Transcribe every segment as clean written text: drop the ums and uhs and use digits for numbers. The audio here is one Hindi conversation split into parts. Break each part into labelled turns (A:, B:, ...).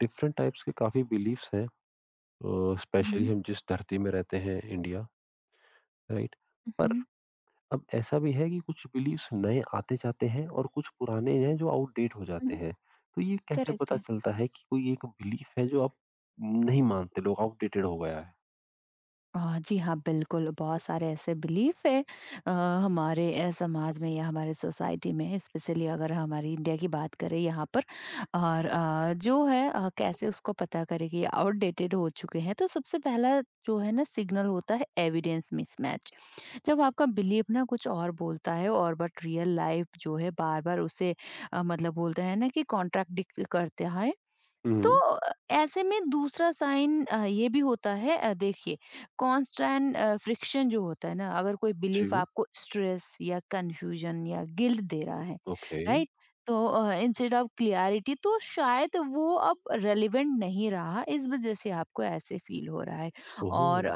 A: डिफरेंट टाइप्स के काफ़ी बिलीफ्स हैं, स्पेशली
B: हुँ,
A: हम जिस धरती में रहते हैं, इंडिया। राइट? पर
B: हुँ,
A: अब ऐसा भी है कि कुछ बिलीफ्स नए आते जाते हैं और कुछ पुराने हैं जो आउटडेट हो जाते
B: हुँ,
A: हैं। तो ये कैसे
B: करेक्ट
A: पता
B: है।
A: चलता है कि कोई एक बिलीफ है जो आप नहीं मानते, लोग आउटडेटेड हो गया है।
B: जी हाँ, बिल्कुल, बहुत सारे ऐसे बिलीफ है अ, हमारे समाज में या हमारे सोसाइटी में स्पेशली अगर हमारी इंडिया की बात करें यहाँ पर। और जो है कैसे उसको पता करें कि आउटडेटेड हो चुके हैं, तो सबसे पहला जो है ना सिग्नल होता है एविडेंस मिसमैच। जब आपका बिलीफ ना कुछ और बोलता है और बट रियल लाइफ जो है बार-बार उसे मतलब बोलते हैं ना कि कॉन्ट्राडिक्ट करते हैं। तो
A: हम्म।
B: ऐसे में दूसरा साइन ये भी होता है देखिए कांस्टेंट फ्रिक्शन जो होता है ना, अगर कोई बिलीफ
A: जी।
B: आपको स्ट्रेस या कंफ्यूजन या गिल्ट दे रहा है,
A: ओके।
B: राइट। तो इंस्टेड ऑफ क्लियरिटी तो शायद वो अब रेलिवेंट नहीं रहा, इस वजह से आपको ऐसे फील हो रहा है।
A: ओहो।
B: और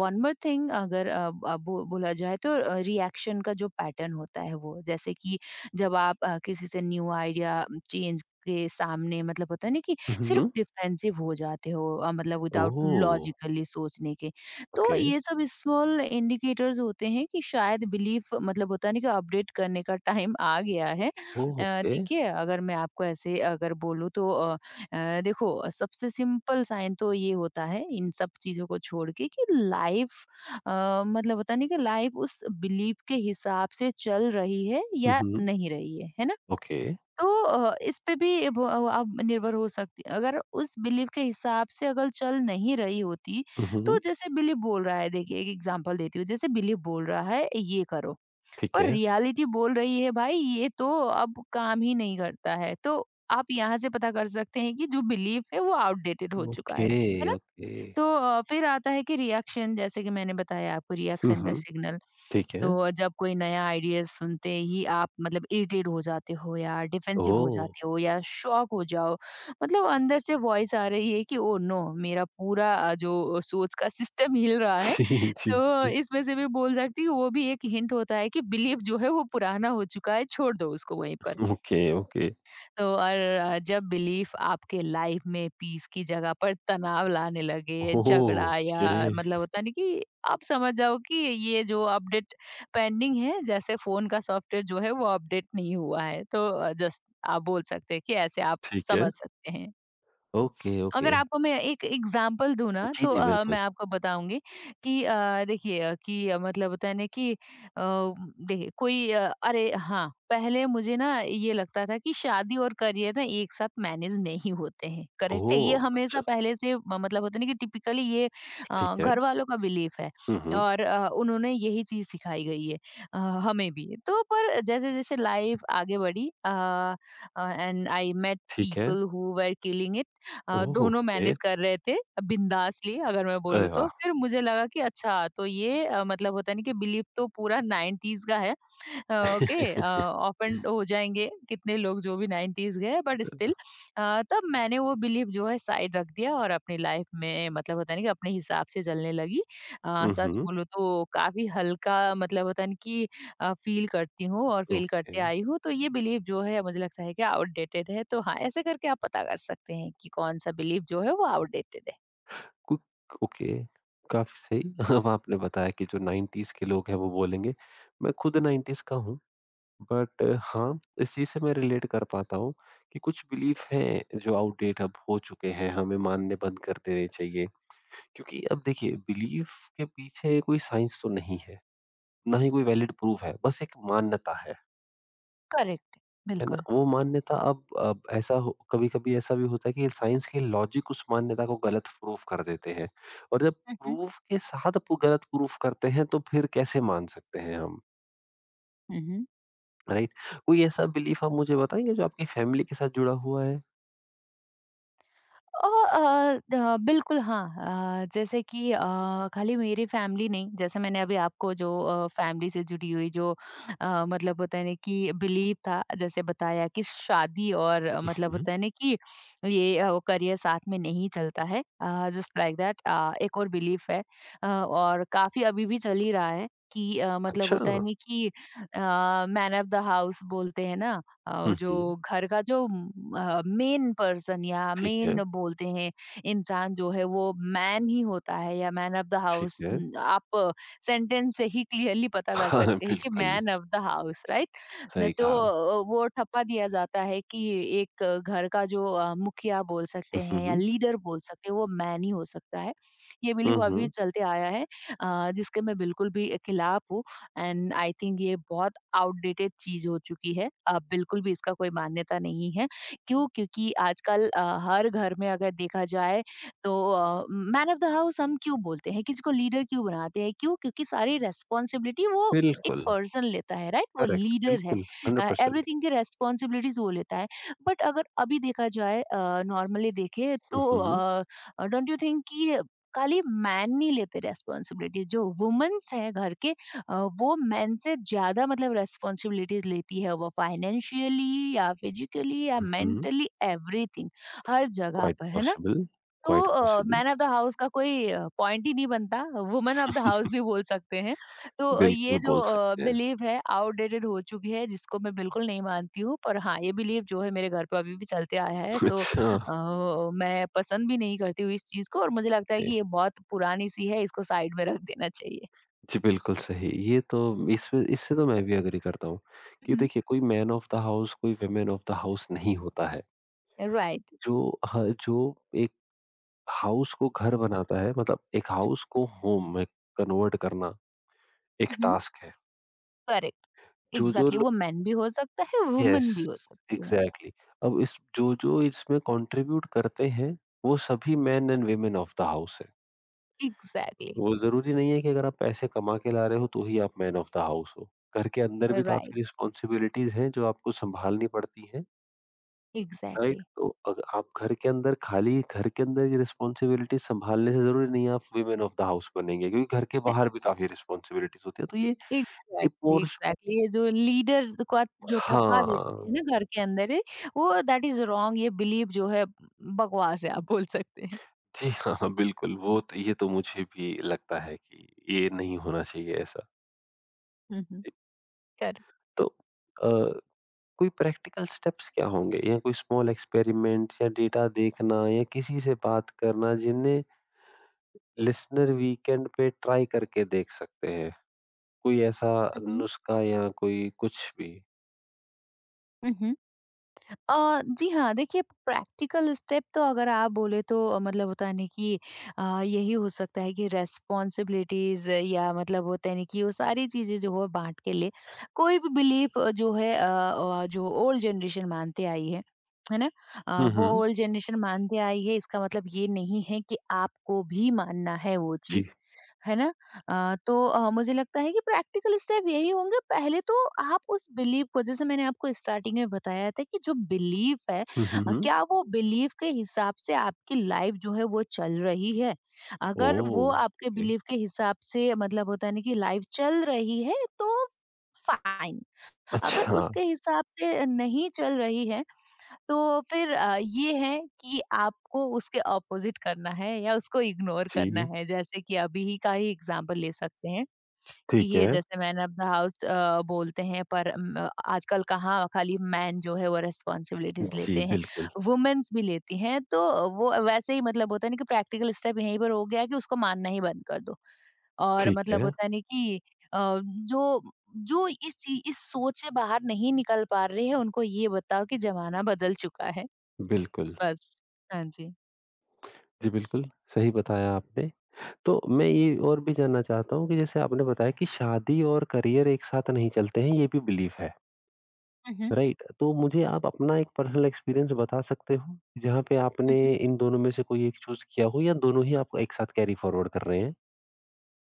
B: वन मोर थिंग, अगर बोला जाए तो रिएक्शन का जो पैटर्न होता है, वो जैसे कि जब आप किसी से न्यू आइडिया, चेंज के सामने मतलब होता है ना कि सिर्फ
A: हम्म।
B: डिफेंसिव हो जाते हो मतलब विदाउट
A: ओह
B: लॉजिकली सोचने के। तो
A: ओके।
B: ये सब स्मॉल इंडिकेटर्स होते हैं कि शायद बिलीफ मतलब होता नहीं कि अपडेट करने का टाइम आ गया है।
A: Oh okay.
B: ठीक है, अगर मैं आपको ऐसे अगर बोलूँ तो देखो सबसे सिंपल साइन तो ये होता है इन सब चीज़ों को छोड़ के कि लाइफ मतलब होता नहीं कि लाइफ उस बिलीफ के हिसाब से चल रही है या
A: हम्म।
B: नहीं रही है ना।
A: ओके।
B: तो इस पे भी आप निर्भर हो सकती हैं। अगर उस बिलीफ के हिसाब से अगर चल नहीं रही होती, तो
A: हम्म।
B: जैसे बिलीफ बोल रहा है, देखिए एक एग्ज़ाम्पल देती हूँ, जैसे बिलीफ बोल रहा है ये करो,
A: ठीक
B: पर
A: है।
B: रियलिटी बोल रही है भाई ये तो अब काम ही नहीं करता है। तो आप यहाँ से पता कर सकते हैं कि जो बिलीफ है वो आउटडेटेड हो चुका है।
A: ओके
B: है ना?
A: ओके।
B: तो फिर आता है कि रिएक्शन, जैसे कि मैंने बताया आपको, रिएक्शन का
A: हम्म।
B: सिग्नल।
A: ठीक है।
B: तो जब कोई नया आइडिया सुनते ही आप मतलब इरिटेट हो जाते हो या डिफेंसिव हो
A: ओह।
B: जाते हो या शॉक हो जाओ। मतलब अंदर से वॉइस आ रही है कि ओह नो! मेरा पूरा जो सोच का सिस्टम हिल रहा है।
A: जी, जी।
B: तो इसमें से भी बोल सकती हूँ, वो भी एक हिंट होता है कि बिलीफ जो है वो पुराना हो चुका है, छोड़ दो उसको वहीं पर।
A: Okay, okay.
B: तो और जब बिलीफ आपके लाइफ में पीस की जगह पर तनाव लाने लगे,
A: ओह!
B: झगड़ा
A: ओके,
B: या मतलब होता नहीं कि आप समझ जाओ कि ये जो अपडेट पेंडिंग है, जैसे फ़ोन का सॉफ्टवेयर जो है वो अपडेट नहीं हुआ है। तो जस्ट आप बोल सकते हैं कि ऐसे आप
A: ठीक है।
B: समझ सकते हैं।
A: Okay, okay.
B: अगर आपको मैं एक एग्जांपल दूँ ना
A: जी,
B: तो
A: जी, बिल्कुल।
B: मैं आपको बताऊँगी कि देखिए कि मतलब होता है ना कि देखिए कोई अरे हाँ, पहले मुझे ना ये लगता था कि शादी और करियर ना एक साथ मैनेज नहीं होते हैं, करेक्ट है? ये
A: ओह! अच्छा,
B: हमेशा पहले से म मतलब होता है ना कि टिपिकली ये
A: ठीक है।
B: घर वालों का बिलीफ है।
A: हुँ, हुँ,
B: और उन्होंने यही चीज़ सिखाई गई है अ, हमें भी। तो पर जैसे-जैसे लाइफ आगे बढ़ी एंड आई मेट
A: ठीक है।
B: People who were killing it,
A: oh!
B: दोनों
A: ओके।
B: मैनेज कर रहे थे बिंदासली अगर मैं
A: अरे
B: बोलूँ तो।
A: वाह!
B: फिर मुझे लगा कि अच्छा तो ये मतलब होता है ना कि बिलीव तो पूरा 90s का है। ओके, ऑफेंड हो जाएँगे कितने लोग जो भी 90s के हैं, बट स्टिल तब मैंने वो बिलीव जो है साइड रख दिया और अपनी लाइफ में मतलब होता है ना कि अपने हिसाब से चलने लगी।
A: हुँ,
B: सच
A: हुँ,
B: बोलूँ तो काफ़ी हल्का मतलब होता है ना कि फील करती हूँ और फील
A: ओके।
B: करते आई हूँ। तो ये बिलीफ जो है मुझे लगता है कि आउटडेटेड है। तो हाँ, ऐसे करके आप पता कर सकते हैं कि कौन-सा बिलीफ जो है वो आउटडेटेड है।
A: कुक। ओके, काफ़ी सही। अब आपने बताया कि जो 90s के लोग हैं वो बोलेंगे। मैं खुद 90s का हूँ, बट हाँ, इस चीज़ से मैं रिलेट कर पाता हूँ कि कुछ बिलीफ हैं जो आउटडेट अब हो चुके हैं, हमें मानने बंद कर देने चाहिए। क्योंकि अब देखिए बिलीफ के पीछे कोई साइंस तो नहीं है, ना ही कोई वैलिड प्रूफ है, बस एक मान्यता
B: करेक्ट है,
A: है ना?
B: बिल्कुल।
A: वो मान्यता अब ऐसा हो कभी-कभी ऐसा भी होता है कि साइंस के लॉजिक उस मान्यता को गलत प्रूफ कर देते हैं। और जब
B: हुँ, हुँ।
A: प्रूफ के साथ प गलत प्रूफ करते हैं तो फिर कैसे मान सकते हैं हम,
B: हुँ, हुँ।
A: राइट? कोई ऐसा बिलीफ आप मुझे बताएँगे जो आपकी फैमिली के साथ जुड़ा हुआ है?
B: और द बिल्कुल हाँ। जैसे कि खाली मेरी फैमिली नहीं, जैसे मैंने अभी आपको जो फैमिली से जुड़ी हुई जो मतलब होता है ना कि बिलीव था, जैसे बताया कि शादी और मतलब
A: हुँ,
B: होता है ना कि ये वो करियर साथ में नहीं चलता है। जस्ट लाइक दैट एक और बिलीव है और काफ़ी अभी भी चल ही रहा है कि मतलब
A: अच्छा।
B: होता है ना कि अ, मैन ऑफ द हाउस बोलते हैं ना
A: हुँ, हुँ,
B: जो घर का जो मेन पर्सन या
A: ठीक है,
B: मेन बोलते हैं, इंसान जो है वो मैन ही होता है या मैन ऑफ द
A: ठीक
B: हाउस।
A: है।
B: आप सेंटेंस से ही क्लियरली पता कर
A: हाँ,
B: सकते हैं कि
A: बिल्कुल,
B: man of the house right न
A: सही
B: तो
A: कहा।
B: वो ठप्पा दिया जाता है कि एक घर का जो मुखिया बोल सकते
A: हुँ,
B: हैं या
A: हुँ,
B: लीडर बोल सकते हैं वो मैन ही हो सकता है। ये
A: हुँ,
B: बिलीफ अभी
A: हुँ,
B: चलते आया है, जिसके मैं बिल्कुल भी खिलाफ हूँ। एंड आई थिंक ये बहुत आउटडेटेड चीज हो चुकी है, बिल्कुल भी इसका कोई मान्यता नहीं है। क्यों क्योंकि आजकल हर घर में अगर देखा जाए तो मैन ऑफ द हाउस हम क्यों बोलते हैं, किसी को लीडर क्यों बनाते हैं? क्यों क्योंकि सारी रेस्पॉन्सिबिलिटी वो एक
A: बिल्कुल।
B: पर्सन लेता है, राइट, वो
A: करेक्ट,
B: लीडर है।
A: बिल्कुल, 100%।
B: एवरीथिंग की रेस्पॉन्सिबिलिटीज वो लेता है, बट अगर अभी देखा जाए नॉर्मली देखे तो
A: उहुँ,
B: डोंट यू थिंक कि खाली मैन नहीं लेते रेस्पॉन्सिबिलिटी, जो वुमेन्स हैं घर के वो मेन से ज़्यादा मतलब रिस्पॉन्सिबिलिटीज़ लेती है, वो फाइनेंशियली या फिज़िकली या
A: उहुँ,
B: मेंटली एवरीथिंग, हर जगह
A: क्वाइट
B: पर, है ना?
A: पॉसिबल,
B: तो
A: quite possible.
B: Man of the house का कोई पॉइंट ही नहीं बनता, वुमन ऑफ द हाउस भी बोल सकते हैं। तो
A: बिल्कुल
B: ये जो
A: बोल सकते हैं।
B: बिलीव है आउटडेटेड हो चुकी है, जिसको मैं बिल्कुल नहीं मानती हूँ, पर हाँ, ये बिलीव जो है मेरे घर पे अभी भी चलते आया है। सो
A: अच्छा,
B: मैं पसंद भी नहीं करती हूँ इस चीज़ को और मुझे लगता है
A: ओके।
B: कि ये बहुत पुरानी-सी है, इसको साइड में रख देना चाहिए।
A: जी, बिल्कुल सही। ये तो इसमें इससे तो मैं भी एग्री करता हूँ कि
B: हुँ,
A: देखिए कोई मैन ऑफ़ द हाउस, कोई वुमन ऑफ़ द हाउस नहीं होता है।
B: राइट।
A: जो जो एक हाउस को घर बनाता है मतलब एक हाउस को होम में कन्वर्ट करना एक
B: हुँ, हुँ।
A: टास्क है।
B: करेक्ट,
A: जो-जो
B: एग्जैक्टली,
A: लो
B: वो मैन भी हो सकता है
A: यस,
B: वुमन भी हो सकती है।
A: एग्ज़ैक्टली अब इस जो-जो इसमें कंट्रीब्यूट करते हैं, वो सभी men and women of the house है।
B: एग्जैक्टली।
A: वो ज़रूरी नहीं है कि अगर आप पैसे कमा के ला रहे हो, तो ही आप मैन ऑफ़ द हाउस हो। घर के अंदर भी काफ़ी
B: राइट,
A: रिस्पॉन्सिबिलिटीज़ हैं, जो आपको सँभालनी पड़ती हैं, राइट?
B: एग्जैक्टली।
A: तो अग आप घर के अंदर खाली घर के अंदर ये रिस्पॉन्सिबिलिटीज़ सँभालने से ज़रूरी नहीं है आप वुमेन ऑफ़ द हाउस बनेंगे, क्योंकि घर के बाहर भी काफ़ी रिस्पॉन्सिबिलिटीज़ होती हैं, तो ये एक
B: एग्जैक्टली,
A: और
B: एग्जैक्टली ये जो लीडर को जो ठप्पा दे देते
A: हाँ।
B: हैं ना घर के अंदर ही, वो दैट इज रॉन्ग। ये बिलीव जो है बकवास है, आप बोल सकते हैं।
A: जी हाँ, हाँ, बिल्कुल, वो तो ये तो मुझे भी लगता है कि ये नहीं होना चाहिए ऐसा।
B: हम्म, हम्म, कर
A: तो अ, कोई प्रैक्टिकल स्टेप्स क्या होंगे या कोई स्मॉल एक्सपेरिमेंट्स या डेटा देखना या किसी से बात करना जिन्हें लिसनर वीकेंड पे ट्राई करके देख सकते हैं? कोई ऐसा
B: हम्म,
A: नुस्खा या कोई कुछ भी?
B: हम्म। जी हाँ, देखिए प्रैक्टिकल स्टेप तो अगर आप बोले तो मतलब होता है ना कि यही हो सकता है कि रिस्पॉन्सिबिलिटीज़ या मतलब होता है ना कि वो सारी चीज़ें जो हो बाँट के ले। कोई भी बिलीफ जो है जो ओल्ड जनरेशन मानते आई है ना?
A: हुँ,
B: वो
A: हुँ।
B: ओल्ड जनरेशन मानते आई है इसका मतलब ये नहीं है कि आपको भी मानना है वो
A: जी।
B: चीज़, है ना? तो मुझे लगता है कि प्रैक्टिकल स्टेप यही होंगे, पहले तो आप उस बिलीव को, जैसे मैंने आपको स्टार्टिंग में बताया था कि जो बिलीफ है
A: हुँ, हुँ, हुँ।
B: क्या वो बिलीफ के हिसाब से आपकी लाइफ जो है वो चल रही है? अगर
A: ओह!
B: वो आपके
A: ओके।
B: बिलीफ के हिसाब से मतलब होता है ना कि लाइफ चल रही है तो फाइन। अगर
A: अच्छा,
B: उसके हिसाब से नहीं चल रही है तो फिर ये है कि आपको उसके ऑपोजिट करना है या उसको इग्नोर करना
A: जी।
B: है। जैसे कि अभी ही का ही एग्जाम्पल ले सकते हैं,
A: ठीक
B: ये
A: है।
B: जैसे मैन ऑफ द हाउस बोलते हैं, पर आजकल कहाँ खाली मैन जो है वो रिस्पॉन्सिबिलिटीज
A: जी,
B: लेते हैं,
A: बिल्कुल।
B: वुमेन्स भी लेती हैं, तो वो वैसे ही मतलब होता है ना कि प्रैक्टिकल स्टेप यहीं पर हो गया कि उसको मानना ही बंद कर दो। और
A: ठीक
B: मतलब
A: है।
B: होता है ना कि अ, जो जो इस चीज इस सोच से बाहर नहीं निकल पा रहे हैं, उनको ये बताओ कि जमाना बदल चुका है,
A: बिल्कुल।
B: बस। हाँ जी।
A: जी, बिल्कुल, सही बताया आपने। तो मैं ये और भी जानना चाहता हूँ कि जैसे आपने बताया कि शादी और करियर एक साथ नहीं चलते हैं, ये भी बिलीफ है,
B: हम्म।
A: राइट? तो मुझे आप अपना एक पर्सनल एक्सपीरियंस बता सकते हो, जहाँ पे आपने इन दोनों में से कोई एक चूज़ किया हो या दोनों ही आप एक साथ कैरी फॉरवर्ड कर रहे हैं?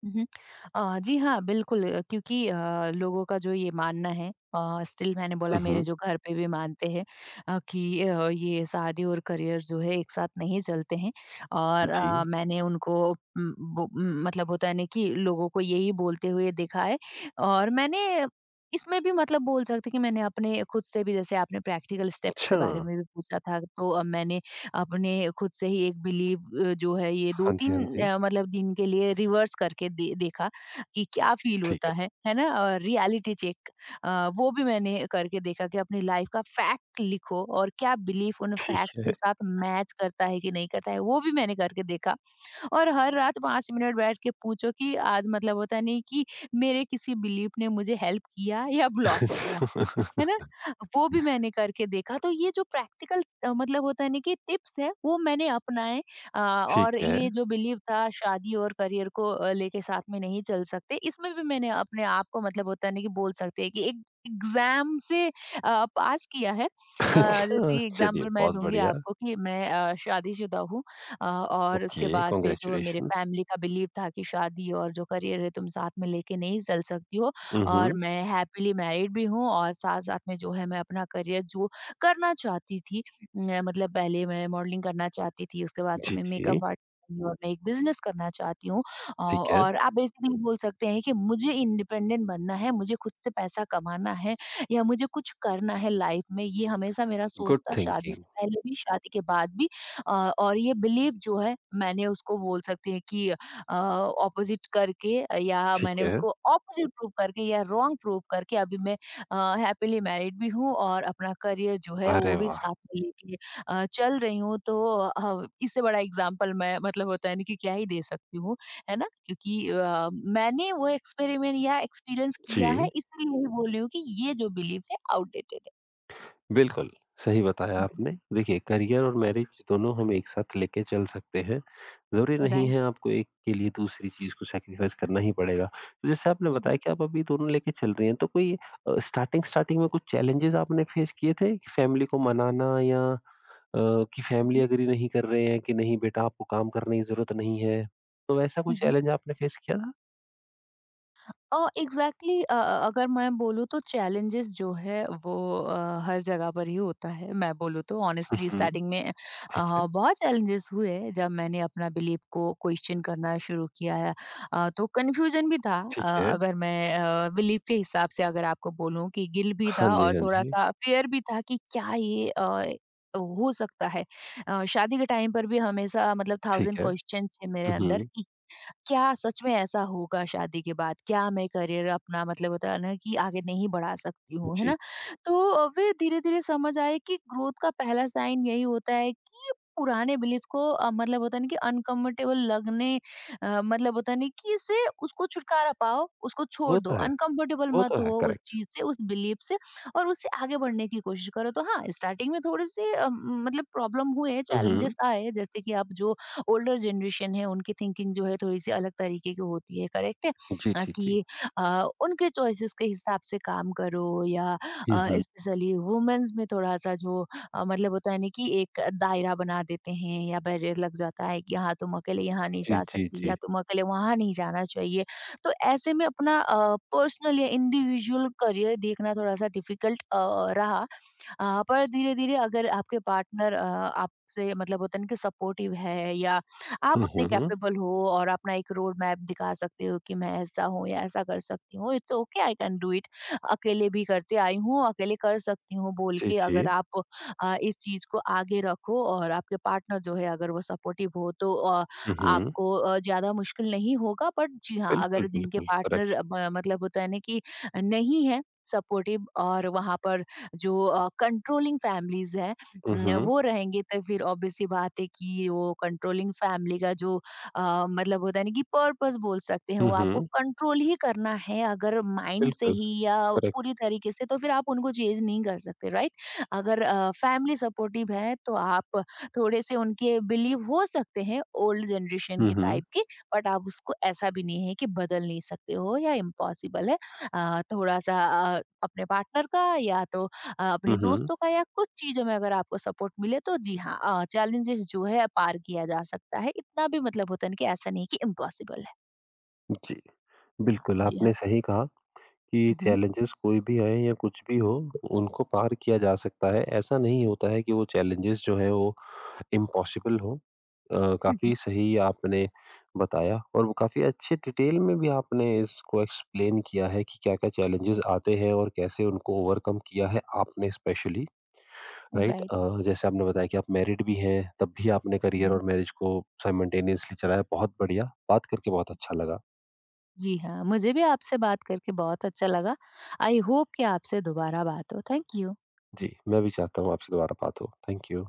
B: हुँ। जी हाँ, बिल्कुल, क्योंकि लोगों का जो ये मानना है स्टिल मैंने
A: हुँ,
B: बोला मेरे
A: हुँ।
B: जो घर पे भी मानते हैं कि ये शादी और करियर जो है एक साथ नहीं चलते हैं, और
A: जी।
B: मैंने उनको मतलब होता है ना कि लोगों को यही बोलते हुए देखा है। और मैंने इसमें भी मतलब बोल सकते हैं कि मैंने अपने खुद से भी, जैसे आपने प्रैक्टिकल स्टेप्स
A: अच्छा।
B: के बारे में भी पूछा था, तो मैंने अपने खुद से ही एक बिलीव जो है ये
A: हाँ जी, हाँ
B: 2-3
A: जी।
B: मतलब दिन के लिए रिवर्स करके दे देखा कि क्या फील
A: ठीक है,
B: होता है ना? और रियलिटी चेक अ, वो भी मैंने करके देखा कि अपनी लाइफ का फैक्ट लिखो और क्या बिलीफ उन
A: ठीक
B: फैक्ट
A: है।
B: के साथ मैच करता है कि नहीं करता है, वो भी मैंने करके देखा। और हर रात 5 मिनट बैठ के पूछो कि आज मतलब होता नहीं कि मेरे किसी बिलीफ ने मुझे हेल्प किया या ब्लॉक किया, है ना? वो भी मैंने करके देखा, तो ये जो प्रैक्टिकल मतलब होता है ना कि टिप्स है वो मैंने अपनाए।
A: ठीक
B: और
A: है।
B: ये जो बिलीव था शादी और करियर को लेके साथ में नहीं चल सकते, इसमें भी मैंने अपने आप को मतलब होता है ना कि बोल सकते हैं कि एक एग्ज़ाम से पास किया है। जैसे
A: अच्छा,
B: कि
A: चलिए
B: एग्ज़ाम्पल मैं
A: बहुत
B: दूँगी
A: बढ़िया।
B: आपको कि मैं शादीशुदा हूँ। और
A: ओके।
B: उसके बाद से जो मेरे
A: कांग्रेचुलेशंस।
B: फैमिली का बिलीव था कि शादी और जो करियर है तुम साथ में लेके नहीं चल सकती हो,
A: हुँ,
B: और
A: हुँ।
B: मैं हैप्पीली मैरिड भी हूँ और साथ-साथ में जो है मैं अपना करियर जो करना चाहती थी, न मतलब पहले मैं मॉडलिंग करना चाहती थी, उसके बाद से
A: जी,
B: मैं
A: जी।
B: मेकअप आर्ट और मैं एक बिज़नेस करना चाहती हूँ। औ
A: ठीक है।
B: और आप बेसिकली बोल सकते हैं कि मुझे इंडिपेंडेंट बनना है, मुझे खुद से पैसा कमाना है या मुझे कुछ करना है लाइफ में। ये हमेशा मेरा सोच
A: गुड
B: था शादी
A: थिंकिंग।
B: से पहले भी, शादी के बाद भी। अ, और ये बिलीव जो है, मैंने उसको बोल सकते हैं कि ऑपोज़िट करके या
A: ठीक
B: मैंने
A: है।
B: उसको ऑपोज़िट प्रूव करके या रॉन्ग प्रूव करके अभी मैं हैपीली मैरिड भी हूँ और अपना करियर जो है
A: अरे
B: वो भी
A: वाह!
B: साथ में लेके चल रही हूँ। तो इससे बड़ा एग्ज़ाम्पल मैं मतलब होता है ना कि क्या ही दे सकती हूँ, है ना? क्योंकि मैंने वो एक्सपेरिमेंट या एक्सपीरियंस किया है,
A: जी,
B: इसलिए ही बोल रही हूँ कि ये जो बिलीफ है आउटडेटेड है।
A: बिल्कुल, सही बताया
B: हुँ, हुँ।
A: आपने। देखिए करियर और मैरिज दोनों हम एक साथ लेके चल सकते हैं। ज़रूरी नहीं
B: राइट।
A: है आपको एक के लिए दूसरी चीज़ को सैक्रिफाइस करना ही पड़ेगा। तो जैसे आपने
B: हुँ,
A: बताया
B: हुँ,
A: कि आप अभी दोनों लेके चल रही हैं, तो कोई स्टार्टिंग स्टार्टिंग में कुछ चैलेंजेस आपने फेस किए थे? कि फैमिली को मनाना या कि
B: हुँ,
A: फैमिली
B: हुँ,
A: एग्री नहीं कर रहे हैं कि नहीं बेटा आपको काम करने की ज़रूरत नहीं है। तो ऐसा कोई
B: हुँ, हुँ।
A: चैलेंज आपने फेस किया था?
B: एग्जैक्टली, अगर मैं बोलूँ तो चैलेंजेस जो है वो अ, हर जगह पर ही होता है। मैं बोलूँ तो ऑनेस्टली
A: हुँ,
B: स्टार्टिंग में
A: ठीक है,
B: बहुत चैलेंजेस हुए जब मैंने अपना बिलीफ को क्वेश्चन करना शुरू किया है। तो कन्फ्यूजन भी था।
A: ठीक है।
B: अगर मैं बिलीफ के हिसाब से अगर आपको बोलूँ कि गिल्ट भी
A: हाँ
B: था
A: जी,
B: और
A: हाँ जी।
B: थोड़ा-सा फ़ियर भी था कि क्या ये हो सकता है। शादी के टाइम पर भी हमेशा मतलब
A: ठीक
B: थाउज़ेंड
A: है।
B: क्वेश्चन थे मेरे
A: हुँ,
B: अंदर
A: हुँ।
B: कि क्या सच में ऐसा होगा शादी के बाद? क्या मैं करियर अपना मतलब होता है ना कि आगे नहीं बढ़ा सकती हूँ, है
A: जी,
B: ना? तो फिर धीरे-धीरे समझ आया कि ग्रोथ का पहला साइन यही होता है कि पुराने बिलीफ को मतलब होता है ना कि अनकम्फर्टेबल लगने मतलब होता है ना कि इससे उसको छुटकारा पाओ, उसको
A: वो
B: छोड़ दो,
A: तो है।
B: अनकम्फर्टेबल
A: वो तो
B: मत
A: है,
B: हो उस
A: करेक्ट।
B: चीज़ से, उस बिलीफ से, और उससे आगे बढ़ने की कोशिश करो। तो हाँ, स्टार्टिंग में थोड़े से मतलब प्रॉब्लम हुए,
A: हुँ, हुँ।
B: चैलेंजेस आए, जैसे कि आप जो ओल्डर जनरेशन है उनकी थिंकिंग जो है थोड़ी-सी अलग तरीके की होती है, करेक्ट है?
A: जी, जी, जी।
B: कि अ, उनके चॉइसेस के हिसाब से काम करो या
A: हुँ, हुँ।
B: स्पेशली वुमेन्स में थोड़ा-सा जो मतलब होता है ना कि एक दायरा बना देते हैं या बैरियर लग जाता है कि यहाँ तुम अकेले यहाँ नहीं
A: जी,
B: जा
A: जी,
B: सकती
A: जी।
B: या तुम अकेले वहाँ नहीं जाना चाहिए। तो ऐसे में अपना पर्सनल या इंडिविजुअल करियर देखना थोड़ा-सा डिफिकल्ट रहा। पर धीरे-धीरे अगर आपके पार्टनर आपसे मतलब होता है ना कि सपोर्टिव है, या आप
A: हुँ,
B: उतने
A: हुँ।
B: कैपेबल हो और अपना एक रोड मैप दिखा सकते हो कि मैं ऐसा हूँ या ऐसा कर सकती हूँ, it's okay I can do it. अकेले भी करते आई हूँ, अकेले कर सकती हूँ बोल
A: जी,
B: के
A: जी।
B: अगर आप इस चीज़ को आगे रखो और आपके पार्टनर जो है अगर वो सपोर्टिव हो तो
A: हुँ, हुँ।
B: आपको ज़्यादा मुश्किल नहीं होगा। बट जी हाँ,
A: बिल्कुल,
B: अगर जिनके
A: बिल्कुल,
B: पार्टनर
A: करेक्ट।
B: ब मतलब होता है ना कि नहीं है सपोर्टिव, और वहाँ पर जो कंट्रोलिंग फैमिलीज हैं
A: हुँ,
B: न,
A: हुँ।
B: वो रहेंगे तो फिर ऑब्वियस सी बात है कि वो कंट्रोलिंग फैमिली का जो मतलब होता है ना कि पर्पस बोल सकते हैं,
A: हुँ,
B: वो आपको
A: हुँ।
B: कंट्रोल ही करना है अगर माइंड से
A: बिल्कुल,
B: ही या
A: करेक्ट।
B: पूरी तरीके से, तो फिर आप उनको चेंज नहीं कर सकते। राइट? अगर फैमिली सपोर्टिव है तो आप थोड़े से उनके बिलीव हो सकते हैं ओल्ड जनरेशन
A: हुँ,
B: के
A: हुँ।
B: टाइप के, बट आप उसको ऐसा भी नहीं है कि बदल नहीं सकते हो या इम्पॉसिबल है। थोड़ा सा अपने पार्टनर का या तो
A: हुँ,
B: अपने
A: हुँ।
B: दोस्तों का या कुछ चीजों में अगर आपको सपोर्ट मिले तो जी हाँ, चैलेंजेस जो है पार किया जा सकता है। इतना भी मतलब होता नहीं कि ऐसा नहीं कि इम्पॉसिबल है।
A: जी, बिल्कुल,
B: जी हाँ।
A: आपने सही कहा कि
B: हम्म।
A: चैलेंजेज़ कोई भी आएँ या कुछ भी हो, उनको पार किया जा सकता है। ऐसा नहीं होता है कि वो चैलेंजेज़ जो हैं वो इम्पॉसिबल हो। अ, काफ़ी
B: हम्म।
A: सही आपने बताया और वो काफ़ी अच्छे डिटेल में भी आपने इसको एक्सप्लेन किया है कि क्या-क्या चैलेंजेस आते हैं और कैसे उनको ओवरकम किया है आपने स्पेशली, राइट?
B: राइट।
A: जैसे आपने बताया कि आप मैरिड भी हैं, तब भी आपने करियर
B: हम्म।
A: और मैरिज को साइमल्टेनियसली चलाया, बहुत बढ़िया। बात करके बहुत अच्छा लगा।
B: जी हाँ, मुझे भी आपसे बात करके बहुत अच्छा लगा। आई होप कि आपसे दोबारा बात हो। Thank you.
A: जी, मैं भी चाहता हूँ आपसे दोबारा बात हो। Thank you.